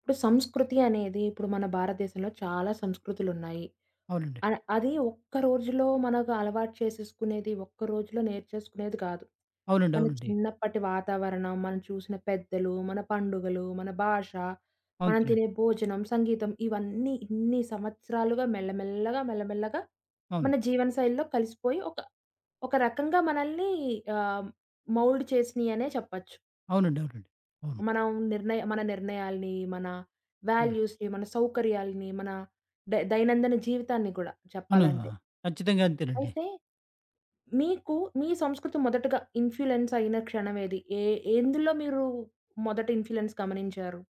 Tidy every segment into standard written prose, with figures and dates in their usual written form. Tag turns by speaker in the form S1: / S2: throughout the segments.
S1: ఇప్పుడు సంస్కృతి అనేది ఇప్పుడు మన భారతదేశంలో చాలా సంస్కృతులున్నాయి.
S2: అవునండి.
S1: అ అది ఒక్క రోజులో మనకు అలవాటు చేసేసుకునేది, ఒక్క రోజులో నేర్చేసుకునేది కాదు.
S2: అవునండి.
S1: మన
S2: అవునండి.
S1: చిన్నప్పటి వాతావరణం, మనం చూసిన పెద్దలు, మన పండుగలు, మన భాష, మనం
S2: అంతేనండి.
S1: తినే భోజనం, సంగీతం ఇవన్నీ ఇన్ని సంవత్సరాలుగా మెల్లమెల్లగా, మెల్లమెల్లగా
S2: అవును.
S1: మన జీవనశైలిలో కలిసిపోయి ఒక ఒక రకంగా మనల్ని ఆహ్, మౌల్డ్ చేసినియనే చెప్పొచ్చు.
S2: అవునండి. అవునండి. అవును.
S1: మనం మన నిర్ణయాల్ని, మన
S2: హ్మ్.
S1: వాల్యూస్‌ని, మన సౌకర్యాల్ని, మన దైనందిన జీవితాన్ని గూడా
S2: అవును.
S1: చెప్పాలంటే.
S2: ఖచ్చితంగా అంతేనండి.
S1: అయితే మీకు మీ సంస్కృతి మొదటగా ఇన్‌ఫ్లూయెన్స్ అయిన క్షణం ఏది? ఎందులో మీరు మొదట ఇన్‌ఫ్లూయెన్స్ గమనించారు?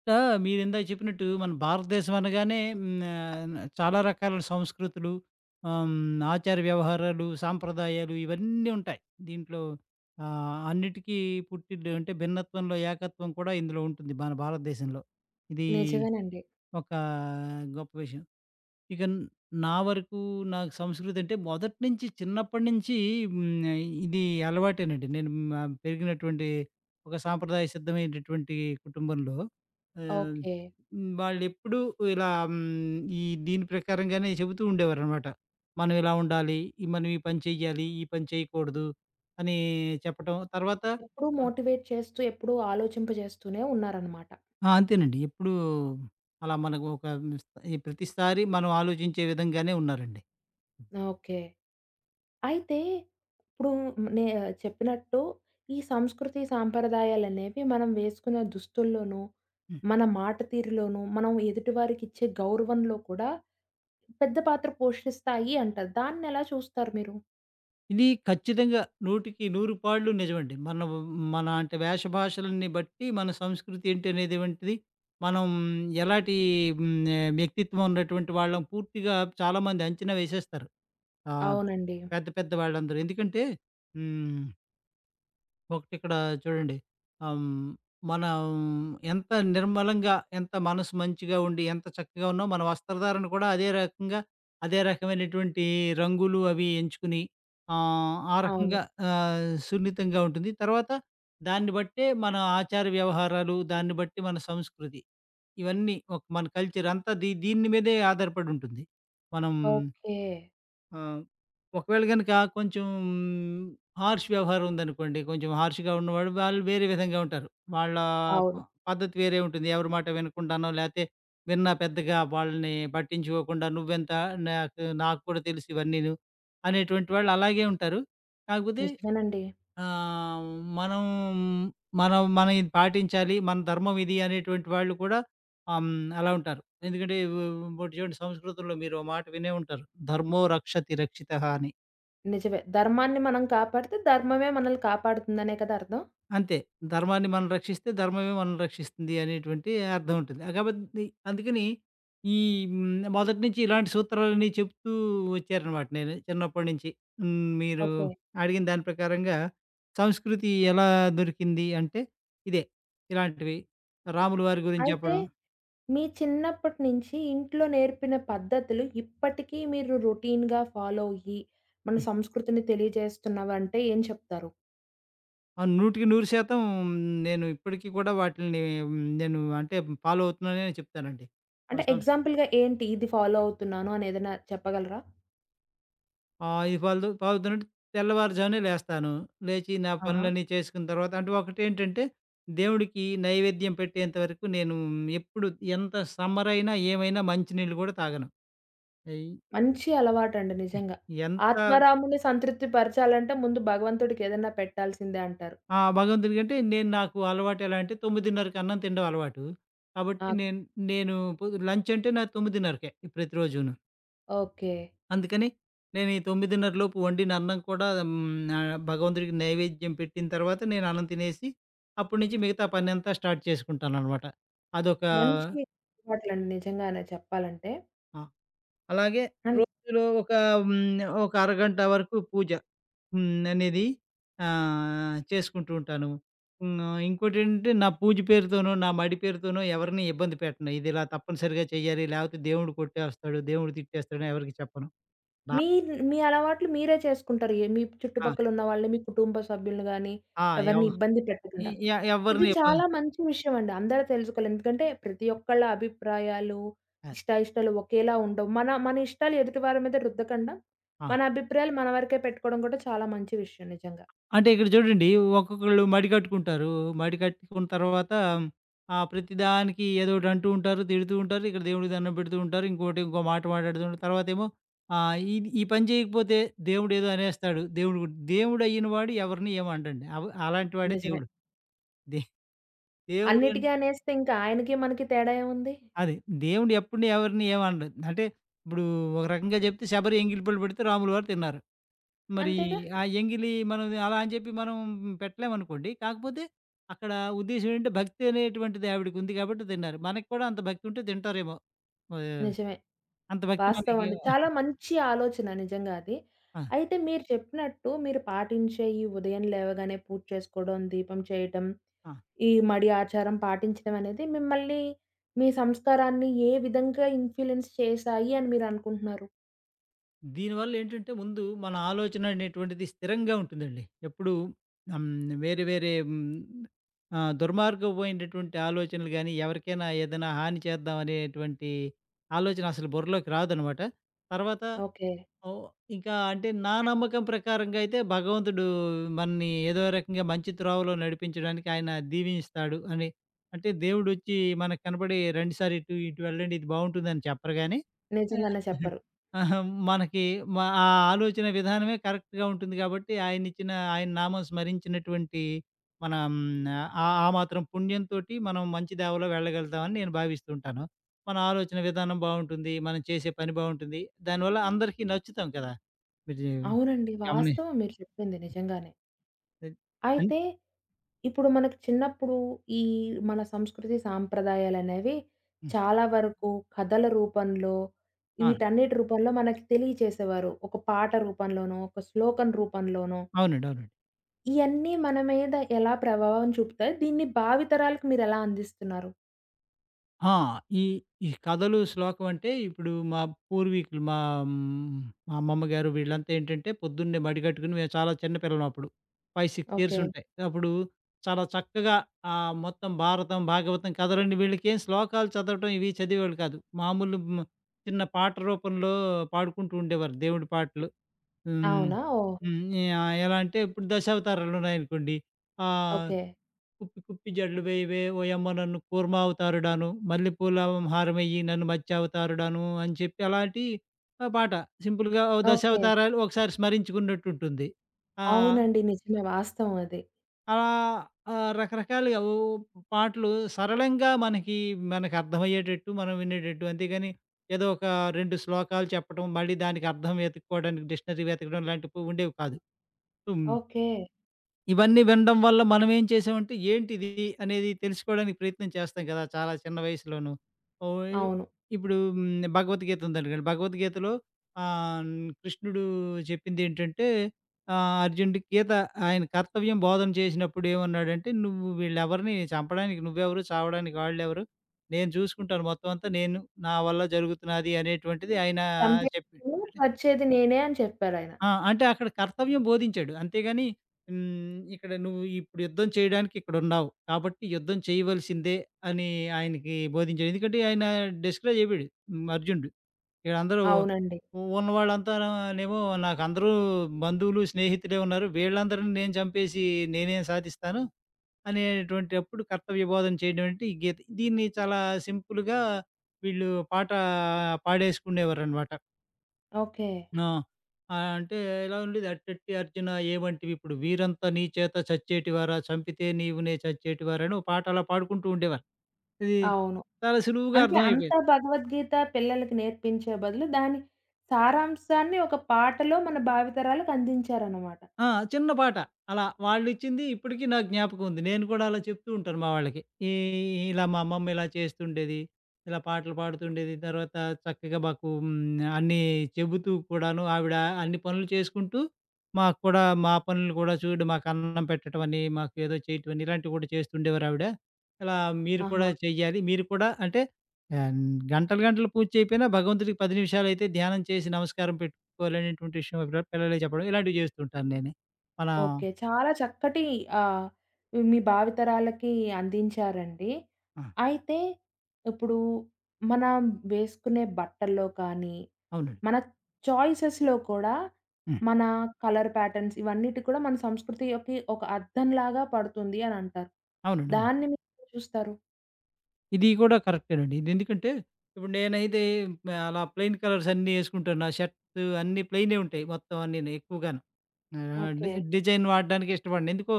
S2: ఇక్కడ మీరిందాక చెప్పినట్టు మన భారతదేశం అనగానే చాలా రకాల సంస్కృతులు, ఆచార వ్యవహారాలు, సాంప్రదాయాలు ఇవన్నీ ఉంటాయి. దీంట్లో అన్నిటికీ పుట్టిల్లు అంటే భిన్నత్వంలో ఏకత్వం కూడా ఇందులో ఉంటుంది మన భారతదేశంలో. ఇది
S1: నిజమేనండి.
S2: ఒక గొప్ప విషయం. ఇక న్ నా వరకు నాకు సంస్కృతి అంటే మొదటి నుంచి చిన్నప్పటి నుంచి హ్మ్, ఇది అలవాటేనండి. నేను మా పెరిగినటువంటి ఒక సాంప్రదాయ సిద్ధమైనటువంటి కుటుంబంలో ఆహ్,
S1: ఓకే.
S2: వాళ్ళెప్పుడూ ఇలా ఈ దీని ప్రకారంగానే చెబుతూ ఉండేవారనమాట. మనం ఇలా ఉండాలి, ఈ మనం ఈ పని చెయ్యాలి, ఈ పని చేయకూడదు అని చెప్పటం. తర్వాత
S1: ఎప్పుడూ
S2: ఆ!
S1: మోటివేట్ చేస్తూ, ఎప్పుడూ ఆలోచింపజేస్తూనే ఉన్నారనమాట.
S2: ఆ! అంతేనండి. ఎప్పుడూ అలా మనకు ఒక ఈ ప్రతిసారి మనం ఆలోచించే విధంగానే ఉన్నారండి.
S1: ఓకే. అయితే ఇప్పుడు నే చెప్పినట్టు ఈ సంస్కృతి సాంప్రదాయాలనేవి మనం వేసుకునే దుస్తుల్లోనూ, మన మాట తీరులోనూ, మనం ఎదుటివారికిచ్చే గౌరవంలో కూడా పెద్ద పాత్ర పోషిస్తాయి అంటారు. దాన్నెలా చూస్తారు మీరు?
S2: ఇది ఖచ్చితంగా 100కి 100 పాళ్ళు నిజమండి. మన మన అంటే వేష భాషలని బట్టి మన సంస్కృతి ఏంటి అనేది వంటిది మనం ఎలాంటి హ్మ్, వ్యక్తిత్వం ఉన్నటువంటి వాళ్ళం పూర్తిగా చాలామంది అంచనా వేసేస్తారు. ఆహ్,
S1: అవునండి.
S2: పెద్ద పెద్ద వాళ్ళందరూ. ఎందుకంటే హ్మ్. ఒకటిక్కడ చూడండి. ఆహ్, హ్మ్, మనం ఎంత నిర్మలంగా, ఎంత మనసు మంచిగా ఉండి, ఎంత చక్కగా ఉన్నామో మన వస్త్రధారణ కూడా అదే రకంగా, అదే రకమైనటువంటి రంగులు అవి ఎంచుకుని ఆ
S1: అవును.
S2: రకంగా సున్నితంగా ఉంటుంది. తర్వాత దాన్ని బట్టే మన ఆచార వ్యవహారాలు, దాన్ని బట్టి మన సంస్కృతి ఇవన్నీ ఒక మన కల్చర్ అంతా దీని మీదే ఆధారపడి ఉంటుంది. మనం
S1: ఓకే.
S2: ఆ! ఒకవేళ గనక కొంచెం హార్ష్ వ్యవహారం ఉందనుకోండి. కొంచెం హార్ష్‌గా ఉన్నవాడు వాళ్ళు వేరే విధంగా ఉంటారు. వాళ్ళ ప
S1: అవును.
S2: పద్ధతి వేరే ఉంటుంది. ఎవరి మాట వినకుండానో లేతే విన్నా పెద్దగా వాళ్ళని పట్టించుకోకుండా "నువ్వెంత నాకు నాకు కూడా తెలుసు ఇవన్నీను" అనేటువంటి వాళ్ళు అలాగే ఉంటారు. కాకపోతే
S1: నిజమేనండి.
S2: ఆహ్, మనం మనం మనం ఇది పాటించాలి. మన ధర్మం ఇది అనేటువంటి వాళ్ళు కూడా ఆహ్, హ్మ్. అలా ఉంటారు. ఎందుకంటే ఇప్పుడు చూడండి, సంస్కృతంలో మీరు ఓ మాట వినే ఉంటారు. ధర్మో రక్షతి రక్షితః అని.
S1: నిజమే. ధర్మాన్ని మనం కాపాడితే ధర్మమే మనల్ని కాపాడుతుందనే కదా అర్థం?
S2: అంతే. ధర్మాన్ని మనం రక్షిస్తే ధర్మమే మనల్ని రక్షిస్తుంది అనేటువంటి అర్థం ఉంటుంది. ఆ కాబట్టి అందుకని ఈ మొదటి నుంచి ఇలాంటి సూత్రాలన్నీ చెప్తూ వచ్చారనమాట నేను చిన్నప్పటి నుంచి. మీరు
S1: ఓకే.
S2: అడిగిన దాని ప్రకారంగా సంస్కృతి ఎలా దొరికింది అంటే ఇదే ఇలాంటివి. రాములు వారి గురించి
S1: అయితే
S2: చెప్పడం.
S1: మీ చిన్నప్పటి నుంచి ఇంట్లో నేర్పిన పద్ధతులు ఇప్పటికీ మీరు రొటీన్‌గా ఫాలో అయ్యి, మన సంస్కృతిని తెలియజేస్తున్నవంటే ఏం చెప్తారు?
S2: 100% నేను ఇప్పటికి కూడా వాటిల్ని నేను అంటే ఫాలో అవుతున్నాననే చెప్తానండి. మన
S1: అంటే
S2: సంస్
S1: ఎగ్జాంపుల్‌గా ఏంటి ఇది ఫాలో అవుతున్నాను అని ఏదైనా చెప్పగలరా?
S2: ఇది పాలు తాగుతున్నట్టు తెల్లవారుజామునే లేస్తాను. లేచి నా
S1: ఆహా!
S2: పనులన్నీ చేసుకున్న తర్వాత అంటే ఒకటేంటంటే, దేవుడికి నైవేద్యం పెట్టేంత వరకు నేను ఎప్పుడు ఎంత సమ్మర్ అయినా, ఏమైనా మంచినీళ్ళు కూడా తాగను. ఎయ్
S1: మంచి అలవాటండి నిజంగా.
S2: ఎంత
S1: ఆత్మారాముని సంతృప్తి పరచాలంటే ముందు భగవంతుడికి ఏదైనా పెట్టాల్సిందే అంటారు.
S2: భగవంతుడికంటే నేను నాకు అలవాటు ఎలా అంటే 9:30కి అన్నం తినడం అలవాటు.
S1: ఆ!
S2: కాబట్టి నేను నేను లంచ్ అంటే నాది 9:30కే ప్రతిరోజును.
S1: ఓకే.
S2: అందుకని నేను ఈ 9:30 లోపు వండిన అన్నం కూడా భగవంతుడికి నైవేద్యం పెట్టిన తర్వాత నేను అన్నం తినేసి, అప్పటి నుంచి మిగతా పనంతా స్టార్ట్ చేసుకుంటాననమాట. అదొక
S1: మంచి అలవాట్లండి నిజంగానే చెప్పాలంటే.
S2: ఆ! అలాగే
S1: అండ్
S2: రోజులో ఒక హ్మ్, ఒక అరగంట వరకు పూజ హ్మ్, అనేది చేసుకుంటూ ఉంటాను. హ్మ్, ఇంకోటేంటంటే నా పూజ పేరుతోనో, నా మడి పేరుతోనో ఎవరిని ఇబ్బంది పెట్టను. ఇది ఇలా తప్పనిసరిగా చేయాలి, లేకపోతే దేవుడు కొట్టేస్తాడు, దేవుడు తిట్టేస్తాడని ఎవరికీ చెప్పను. నా
S1: మీ మీ అలవాట్లు మీరే చేసుకుంటారు. మీ
S2: ఆ!
S1: చుట్టుపక్కలున్న వాళ్ళని, మీ కుటుంబ సభ్యులను గాని,
S2: ఆ! ఎవ
S1: ఎవరిని ఇబ్బంది
S2: ఎ
S1: పెట్టకుండా.
S2: ఎ
S1: ఇది
S2: ఎవరిని
S1: చాలా
S2: ఇబ్బంది
S1: మంచి విషయం అండి. అందరూ తెలుసుకోవాలి. ఎందుకంటే ప్రతి ఒక్కళ్ళ అభిప్రాయాలు,
S2: ఆ!
S1: ఇష్టాయిష్టాలు ఒకేలా ఉండవు. మన మన ఇష్టాలు ఎదుటి వారి మీద రుద్దకుండా,
S2: ఆ!
S1: మన అభిప్రాయాలు మన వరకే పెట్టుకోవడం కూడా చాలా మంచి విషయం నిజంగా.
S2: అంటే ఇక్కడ చూడండి, ఒక్కొక్కళ్ళు మడి కట్టుకుంటారు. మడి కట్టుకున్న తర్వాత ప్రతిదానికి ఏదో ఒకటి అంటూ ఉంటారు, తిడుతూ ఉంటారు. ఇక్కడ దేవుడికి దండం పెడుతూ ఉంటారు. ఇంకోటి ఇంకో మాట మాట్లాడుతూ ఉంటారు. తర్వాతేమో ఇది ఈ పని చేయకపోతే దేవుడేదో అనేస్తాడు. దేవుడు గు దేవుడయిన వాడు ఎవరిని ఏమి అనడండి. అలాంటి వాడే
S1: నిజమే.
S2: దేవుడు. దే దేవుడు అన్
S1: అన్నిటికి అనేస్తే ఇంకా ఆయనకి, మనకి తేడా ఏముంది?
S2: అదే దేవుడు ఎప్పుడు ఎవరిని ఏమి అనడు. అంటే ఇప్పుడు ఒక రకంగా చెప్తే శబరి ఎంగిలి పళ్ళు పెడితే రాములు వారు తిన్నారు. మరి
S1: అంతేగా!
S2: ఆ ఎంగిలి మనం అలా అని చెప్పి మనం పెట్టలేమనుకోండి. కాకపోతే అక్కడ ఉద్దేశ్యం ఏంటంటే భక్తి అనేటువంటిది ఆవిడకి ఉంది కాబట్టి తిన్నారు. మనకి కూడా అంత భక్తి ఉంటే తింటారేమో! మరి
S1: నిజమే.
S2: అంత భక్తి
S1: వాస్తవం
S2: మనకి
S1: అండి. చాలా మంచి ఆలోచన నిజంగా అది.
S2: ఆ!
S1: అయితే మీరు చెప్పినట్టు మీరు పాటించే ఈ ఉదయం లేవగానే పూజ చేసుకోవడం, దీపం చేయటం,
S2: ఆ!
S1: ఈ మడి ఆచారం పాటించడం అనేది మిమ్మల్ని మీ సంస్కారాన్ని ఏ విధంగా ఇన్‌ఫ్లూయెన్స్ చేశాయి అని మీరనుకుంటున్నారు?
S2: దీనివల్ల ఏంటంటే ముందు మన ఆలోచన అనేటువంటిది స్థిరంగా ఉంటుందండి. ఎప్పుడూ హ్మ్. వేరే వేరే దుర్మార్గమైనటువంటి ఆలోచనలు గాని, ఎవరికైనా ఏదైనా హాని చేద్దాం అనేటువంటి ఆలోచన అసలు బుర్రలోకి రాదనమాట. తర్వాత
S1: ఓకే.
S2: ఓహ్! ఇంకా అంటే నా నమ్మకం ప్రకారంగా అయితే భగవంతుడు మనని ఏదో రకంగా మంచి త్రోవలో నడిపించడానికి ఆయన దీవినిస్తాడు అని. అంటే దేవుడొచ్చి మనకు కనపడి "రండి సార్ ఇటు, ఇటు వెళ్ళండి ఇది బావుంటుందని" చెప్పరు గానీ ఆ!
S1: నిజంగానే చెప్పరు.
S2: ఆహా! మనకి మ ఆ ఆలోచన విధానమే కరెక్ట్‌గా ఉంటుంది కాబట్టి ఆయనిచ్చిన ఆయన నామం స్మరించినటువంటి మనం ఆ ఆ మాత్రం పుణ్యంతోటి మనం మంచి దావలో వెళ్ళగలుగుతామని నేను భావిస్తూ ఉంటాను. మన ఆలోచన విధానం బావుంటుంది. మనం చేసే పని బావుంటుంది. దానివల్ల అందరికీ నచ్చుతాం కదా! మీరు
S1: అవునండి.
S2: గమని
S1: వాస్తవం మీరు చెప్పింది నిజంగానే.
S2: అన్
S1: అయితే ఇప్పుడు మనకు చిన్నప్పుడు ఈ మన సంస్కృతి సాంప్రదాయాలనేవి
S2: హ్మ్.
S1: చాలా వరకు కథల రూపంలో,
S2: ఆ!
S1: వీటన్నిటి రూపంలో మనకి తెలియచేసేవారు. ఒక పాట రూపంలోనో, ఒక శ్లోకం రూపంలోనో.
S2: అవునండి. అవునండి.
S1: ఇయన్నీ మన మీద ఎలా ప్రభావం చూపుతాయి? దీన్ని భావితరాలకు మీరెలా అందిస్తున్నారు?
S2: ఆ! ఈ ఈ కథలు, శ్లోకం అంటే ఇప్పుడు మా పూర్వీకులు మా హ్మ్, మా అమ్మమ్మ గారు వీళ్ళంతా ఏంటంటే పొద్దున్నే మడిగట్టుకుని మేము చాలా చిన్న పిల్లలం అప్పుడు. 5, 6 ఇయర్స్
S1: ఓకే.
S2: ఉంటాయి. అప్పుడు చాలా చక్కగా మొత్తం భారతం, భాగవతం కథలన్నీ వీళ్ళకేం శ్లోకాలు చదవటం ఇవి చదివేవాళ్ళు కాదు. మామూలు చిన్న పాట రూపంలో పాడుకుంటూ ఉండేవారు దేవుడి పాటలు. హ్మ్.
S1: అవునా? ఓహ్!
S2: హ్మ్. ఆహ్, ఎలా అంటే ఇప్పుడు దశావతారాలున్నాయనుకోండి. ఆహ్,
S1: ఓకే.
S2: కుప్పి కుప్పి జడలు వేయవే ఓయమ్మ నన్ను కూర్మావతారుడాను, మల్లెపూల హారమెయ్యి నన్ను మత్స్యావతారుడాను అని చెప్పి అలాంటి పాట సింపుల్‌గా ఓ
S1: ఓకే.
S2: దశావతారాలు ఒకసారి స్మరించుకున్నట్టుంటుంది. ఆ!
S1: అవునండి. నిజమే. వాస్తవం అది.
S2: అలా రకరకాలుగా ఓ పాటలు సరళంగా మనకి, మనకర్థమయ్యేటట్టు, మనం వినేటట్టు. అంతేగాని ఏదో ఒక 2 శ్లోకాలు చెప్పడం, మళ్ళీ దానికి అర్థం వెతుక్కోవడానికి డిక్షనరీ వెతకడం లాంటివి ఉండేవి కాదు. So,
S1: okay.
S2: ఇవన్నీ వినడం వల్ల మనం ఏం చేసామంటే ఏంటిది అనేది తెలుసుకోవడానికి ప్రయత్నం చేస్తాం కదా! చాలా చిన్న వయసులోను. ఓయ్
S1: అవును.
S2: ఇప్పుడు భగవద్గీత ఉందనుకోండి. భగవద్గీతలో ఆహ్, కృష్ణుడు చెప్పిందేంటంటే అర్జునుడికి గీత ఆయన కర్తవ్యం బోధన చేసినప్పుడు ఏమన్నాడంటే, "నువ్వు వీళ్ళెవరిని చంపడానికి నువ్వెవరు, చావడానికి వాళ్ళెవరు, నేను చూసుకుంటాను మొత్తం అంతా. నేను నా వల్ల జరుగుతున్నది" అనేటువంటిది ఆయన
S1: చంపేది
S2: చెప్పి
S1: నేను, చచ్చేది నేనే అని చెప్పారాయన.
S2: అంటే అక్కడ కర్తవ్యం బోధించాడు. అంతేగాని ఇక్కడ నువ్వు ఇప్పుడు యుద్ధం చేయడానికి ఇక్కడున్నావు. కాబట్టి యుద్ధం చేయవలసిందే అని ఆయనకి బోధించాడు. ఎందుకంటే ఆయన డిస్కరేజ్ అయిపోయాడు అర్జునుడు. ఈళ్ళందరూ
S1: అవునండి.
S2: ఉన్నవాళ్ళంతానేమో నాకు అందరూ బంధువులు, స్నేహితులే ఉన్నారు. వీళ్ళందరిని నేను చంపేసి నేనేం సాధిస్తాను అనేటువంటప్పుడు కర్తవ్య బోధన చేయడం అంటే ఈ గీత. దీన్ని చాలా సింపుల్‌గా వీళ్ళు పాట పాడేసుకునేవారనమాట.
S1: ఓకే.
S2: ఆ! అంటే ఎలా ఉండేది అట్టట్టి అర్జున ఏవంటివి ఇప్పుడు వీరంతా నీ చేత చచ్చేటివారా చంపితే నీవునే చచ్చేటివారా అని ఒక పాట అలా పాడుకుంటూ ఉండేవారు. ఇది
S1: అవును.
S2: చాలా సులువుగా
S1: అంటే అంతా
S2: అర్థమైపోయేది.
S1: భగవద్గీత పిల్లలకి నేర్పించే బదులు, దాని సారాంశాన్ని ఒక పాటలో మన భావితరాలకు అందించారనమాట.
S2: ఆ! చిన్న పాట. అలా వాళ్ళిచ్చింది ఇప్పటికి నా జ్ఞాపకం ఉంది. నేను కూడా అలా చెప్తూ ఉంటాను మా వాళ్ళకి. ఈ ఇలా మా అమ్మమ్మ ఇలా చేస్తుండేది. ఇలా పాటలు పాడుతుండేది. తర్వాత చక్కగా మాకు అన్నీ చెబుతూ కూడాను ఆవిడ అన్ని పనులు చేసుకుంటూ, మాకు కూడా మా పనులు కూడా చూడు మాకు అన్నం పెట్టడం అని, మాకు ఏదో చేయటం అని ఇలాంటివి కూడా చేస్తుండేవారావిడ. ఇలా మీరు కూడా
S1: ఆహా!
S2: చెయ్యాలి. మీరు కూడా అంటే ఆహ్, గంటలు గంటలు పూజ చేయకపోయినా భగవంతుడికి 10 నిమిషాలైతే ధ్యానం చేసి నమస్కారం పెట్టు తీసుకోవాలనేటువంటి విషయం పిల్లలే చెప్పడం ఇలాంటివి చేస్తుంటాను నేను. మన
S1: ఓకే. చాలా చక్కటి ఆహ్, మీ భావితరాలకి అందించారండి.
S2: ఆ!
S1: అయితే ఇప్పుడు మనం వేసుకునే బట్టల్లో కానీ,
S2: అవునండి.
S1: మన చాయిసెస్‌లో కూడా
S2: హ్మ్.
S1: మన కలర్ ప్యాటర్న్స్ ఇవన్నిటి కూడా మన సంస్కృతికి ఒక అద్దంలాగా పడుతుంది అని అంటారు.
S2: అవునండి. అవును.
S1: దాన్ని మీరు ఎలా చూస్తారు.
S2: ఇది కూడా కరెక్టేనండి. ఇది ఎందుకంటే ఇప్పుడు నేనైతే అలా ప్లెయిన్ కలర్స్ అన్నీ యేసుకుంటాను. నా షర్ట్స్ అన్నీ ప్లెయినే ఉంటాయి. మొత్తం అన్నీని ఎక్కువగాను. ఆహ్, డి
S1: ఓకే.
S2: డిజైన్ వాడడానికి ఇష్టపడను. ఎందుకో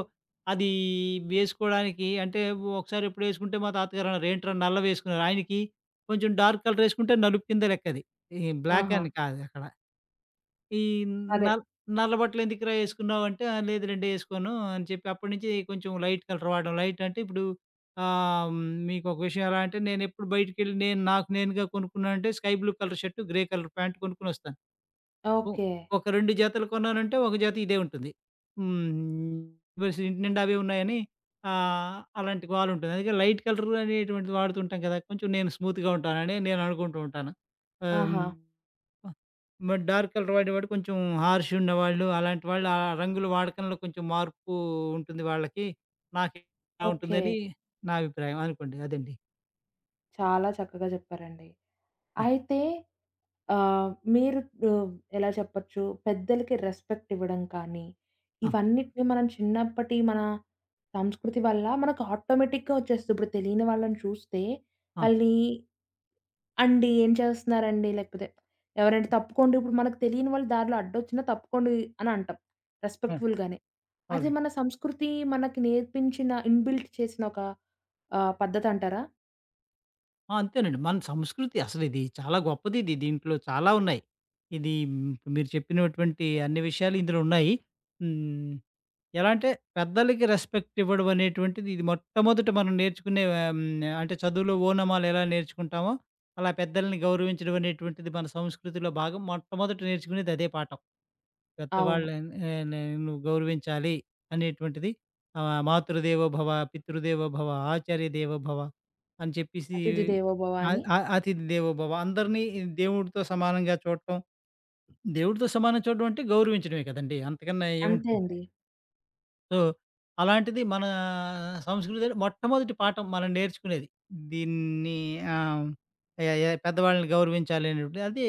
S2: అది వేసుకోవడానికి అంటే ఒకసారి ఎప్పుడో యేసుకుంటే మా తాతగారు అన్నారు, "ఏంట్రా నల్లవేసుకున్నారు." ఆయనకి కొంచెం డార్క్ కలర్ యేసుకుంటే నలుపు కింద లెక్కది. ఈ బ్లాక్
S1: ఆహా!
S2: అని కాదు అక్కడ. ఈ
S1: అదే.
S2: నల్ నల్ల బట్టలెందుకురా యేసుకున్నావంటే, "ఆ! లేదులెండి యేసుకోను" అని చెప్పి అప్పటినుంచి కొంచెం లైట్ కలర్ వాడడం. లైట్ అంటే ఇప్పుడు ఆహ్, హ్మ్, మీకొక విషయం ఎలా అంటే నేనెప్పుడు బయటికెళ్ళి నేను నాకు నేనుగా కొనుక్కున్నానంటే sky blue colour shirt, grey colour pant కొనుక్కొనొస్తాను. ఓ
S1: ఓకే.
S2: ఒక 2 జతలు కొన్నానంటే, ఒక జత ఇదే ఉంటుంది. హ్మ్. బస్ ఇంటి నిండా అవే ఉన్నాయని ఆహ్, అలాంటి గోలుంటుంది. అందుకే లైట్ కలర్ అనేటువంటిది వాడుతుంటాం కదా! కొంచెం నేను స్మూత్‌గా ఉంటానని నేను అనుకుంటూ ఉంటాను. ఆహ్,
S1: ఆహా!
S2: హ్మ్. మరి డార్క్ కలర్ వాడేవాడు కొంచెం హార్ష్ ఉన్నవాళ్ళు, అలాంటి వాళ్ళు ఆ రంగుల వాడకంలో కొంచెం మార్పు ఉంటుంది వాళ్ళకి. నాకు ఇలా
S1: ఓకే.
S2: ఉంటుందని నా అభిప్రాయం అనుకోండి. అదండి.
S1: చాలా చక్కగా చెప్పారండి.
S2: ఆ!
S1: అయితే ఆహ్, మీరు ఆహ్, ఎలా చెప్పొచ్చు పెద్దలకి రెస్పెక్ట్ ఇవ్వడం కానీ,
S2: ఆ!
S1: ఇవన్నిటిని మనం చిన్నప్పటి మన సంస్కృతి వల్ల మనకు ఆటోమేటిక్‌గా వచ్చేస్తుంది. ఇప్పుడు తెలియని వాళ్ళని చూస్తే
S2: ఆ!
S1: వాళ్ళని అండి, ఏం చేస్తున్నారండి? లేకపోతే ఎవరైనా తప్పుకోండి ఇప్పుడు మనకు తెలియని వాళ్ళు దారిలో అడ్డొచ్చినా తప్పుకోండి అని అంటాం.
S2: ఆ!
S1: రెస్పెక్ట్‌ఫుల్‌గానే. అది
S2: అవును.
S1: మన సంస్కృతి మనకి నేర్పించిన ఇన్‌బిల్ట్ చేసిన ఒక పద్ధతంటారా?
S2: అంతేనండి. మన సంస్కృతి అసలిది చాలా గొప్పదిది. దీంట్లో చాలా ఉన్నాయి. ఇది మీరు చెప్పినటువంటి అన్ని విషయాలు ఇందులో ఉన్నాయి. హ్మ్, ఎలా అంటే పెద్దలకి రెస్పెక్ట్ ఇవ్వడం అనేటువంటిది ఇది మొట్టమొదట మనం నేర్చుకునే అంటే చదువులో ఓనమాలు ఎలా నేర్చుకుంటామో, అలా పెద్దల్ని గౌరవించడం అనేటువంటిది మన సంస్కృతిలో భాగం. మొట్టమొదట నేర్చుకునేది అదే పాఠం.
S1: అవును.
S2: పెద్దవాళ్ళని నేను గౌరవించాలి అనేటువంటిది. మాతృదేవోభవ, పితృదేవోభవ, ఆచార్య దేవోభవ అని చెప్పేసి
S1: అతిథి దేవోభవ అని.
S2: అతిథి దేవో భవ అందరినీ దేవుడితో సమానంగా చూడటం. దేవుడితో సమానం చూడడం అంటే గౌరవించడమే కదండి, అంతకన్నా
S1: అంతే
S2: ఏముంటుంది?
S1: అండి.
S2: సో, అలాంటిది మన సంస్కృతిలో మొట్టమొదటి పాఠం మనం నేర్చుకునేది. దీన్ని ఆహ్, ఎ ఎ పెద్దవాళ్ళని గౌరవించాలి అనేటువంటిది. అది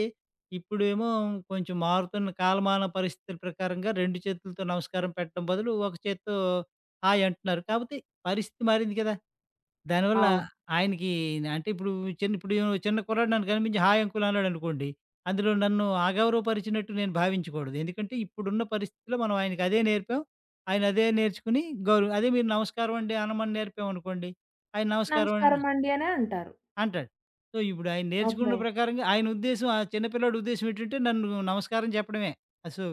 S2: ఇప్పుడేమో కొంచెం మారుతున్న కాలమాన పరిస్థితుల ప్రకారంగా 2 చేతులతో నమస్కారం పెట్టడం బదులు ఒక చేత్తో హాయ్ అంటున్నారు. కాపోతే పరిస్థితి మారింది కదా! దానివల్ల
S1: అవును.
S2: ఆయనకి అంటే ఇప్పుడు చిన్న ఇప్పుడు చిన్న కుర్రాడు నన్ను కనిపించి హాయ్ అంకుల్ అన్నాడనుకోండి. అందులో నన్ను అగౌరవపరిచినట్టు నేను భావించకూడదు. ఎందుకంటే ఇప్పుడున్న పరిస్థితిలో మనం ఆయనకి అదే నేర్పాం. ఆయన అదే నేర్చుకుని గౌరవం అదే మీరు నమస్కారం అండి అనమని నేర్పామనుకోండి, ఆయన నమస్కారం అన్
S1: నమస్కారమండి అనే అంటారు.
S2: అంటాడు. సో, ఇప్పుడు ఆయన
S1: ఓకే.
S2: నేర్చుకున్న ప్రకారంగా ఆయన ఉద్దేశ్యం ఆ చిన్న పిల్లోడి ఉద్దేశ్యం ఏంటంటే, నన్ను నమస్కారం చెప్పడమే. సో,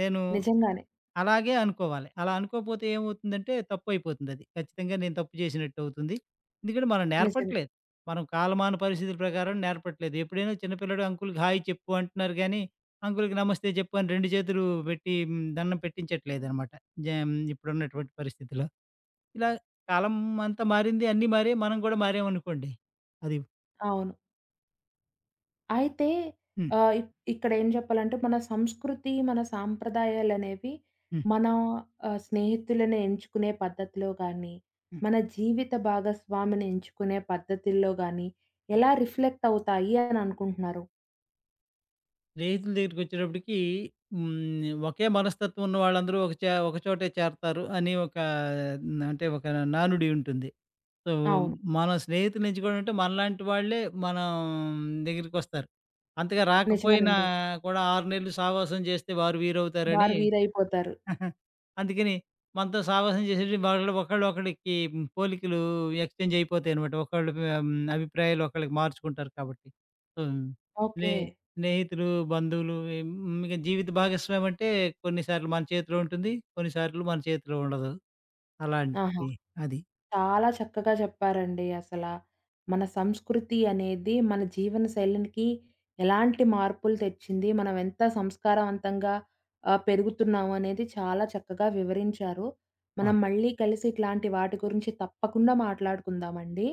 S2: నేను
S1: నిజంగానే.
S2: అలాగే అనుకోవాలి. అలా అనుకోపోతే ఏమవుతుందంటే తప్పయిపోతుందది. ఖచ్చితంగా నేను తప్పు చేసినట్టవుతుంది. ఎందుకంటే మనం
S1: నిజమే.
S2: నేర్పట్లేదు. మనం కాలమాన పరిస్థితుల ప్రకారం నేర్పట్లేదు. ఎప్పుడైనా చిన్న పిల్లాడు అంకుల్‌కి హాయ్ చెప్పు అంటున్నారు గానీ, అంకుల్‌కి నమస్తే చెప్పు అని 2 చేతులు పెట్టి దండం పెట్టించట్లేదనమాట. ఇప్పుడున్నటువంటి పరిస్థితిలో. ఇలా కాలం అంతా మారింది. అన్నీ మారాయి. మనం గూడా మారామనుకోండి. అది హ్మ్.
S1: అవును. అయితే
S2: హ్మ్.
S1: ఆహ్, ఇ ఇక్కడేం జెప్పాలంటే మన సంస్కృతి, మన సాంప్రదాయాలనేవి
S2: హ్మ్.
S1: మన స్నేహితులను ఎంచుకునే పద్ధతిలో గానీ,
S2: హ్మ్.
S1: మన జీవిత భాగస్వామిని ఎంచుకునే పద్ధతుల్లో గానీ, ఎలా రిఫ్లెక్ట్ అవుతాయి అని అనుకుంటున్నారు?
S2: స్నేహితుల దగ్గరికొచ్చేటప్పటికి ఒకే మనస్తత్వం ఉన్న వాళ్ళందరూ ఒక చోటే చేరతారు అని ఒక న- అంటే ఒక నానుడి ఉంటుంది. సో,
S1: అవును.
S2: మనం స్నేహితుల్ని ఎంచుకోవడంటే మనలాంటి వాళ్ళే మనం దగ్గరికొస్తారు. అంతగా రాకపోయినా
S1: నిజమేనండి.
S2: కూడా 6 నెలలు సావాసం చేస్తే వారు వీరవుతారని
S1: వారు వీరైపోతారు.
S2: అందుకని మనతో సావాసం చేసేటి వాళ్ళు ఒకళ్ళు ఒకళ్ళకి పోలికలు ఎక్స్చేంజ్ అయిపోతాయి అనమాట. ఒకళ్ళు అభిప్రాయాలు ఒకళ్ళకి మార్చుకుంటారు కాబట్టి. So,
S1: okay.
S2: స్నే స్నేహితులు, బంధువులు ఇక జీవిత భాగస్వామి అంటే కొన్ని సార్లు మన చేతిలో ఉంటుంది. కొన్ని సార్లు మన చేతిలో ఉండదు.
S1: ఆహా!
S2: అలాంటి అది.
S1: చాలా చక్కగా చెప్పారండి అసలా. మన సంస్కృతి అనేది మన జీవన శైలినికి ఎలాంటి మార్పులు తెచ్చింది, మనం ఎంత సంస్కారవంతంగా పెరుగుతున్నాము అనేది చాలా చక్కగా వివరించారు. మనం
S2: అవును.
S1: మళ్ళీ కలిసి ఇట్లాంటి వాటి గురించి తప్పకుండా మాట్లాడుకుందామండి.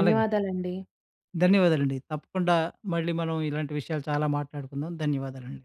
S2: అలాగే. ధన్యవాదాలండి. తప్పకుండా మళ్ళీ మనం ఇలాంటి విషయాలు చాలా మాట్లాడుకుందాం. ధన్యవాదాలండి.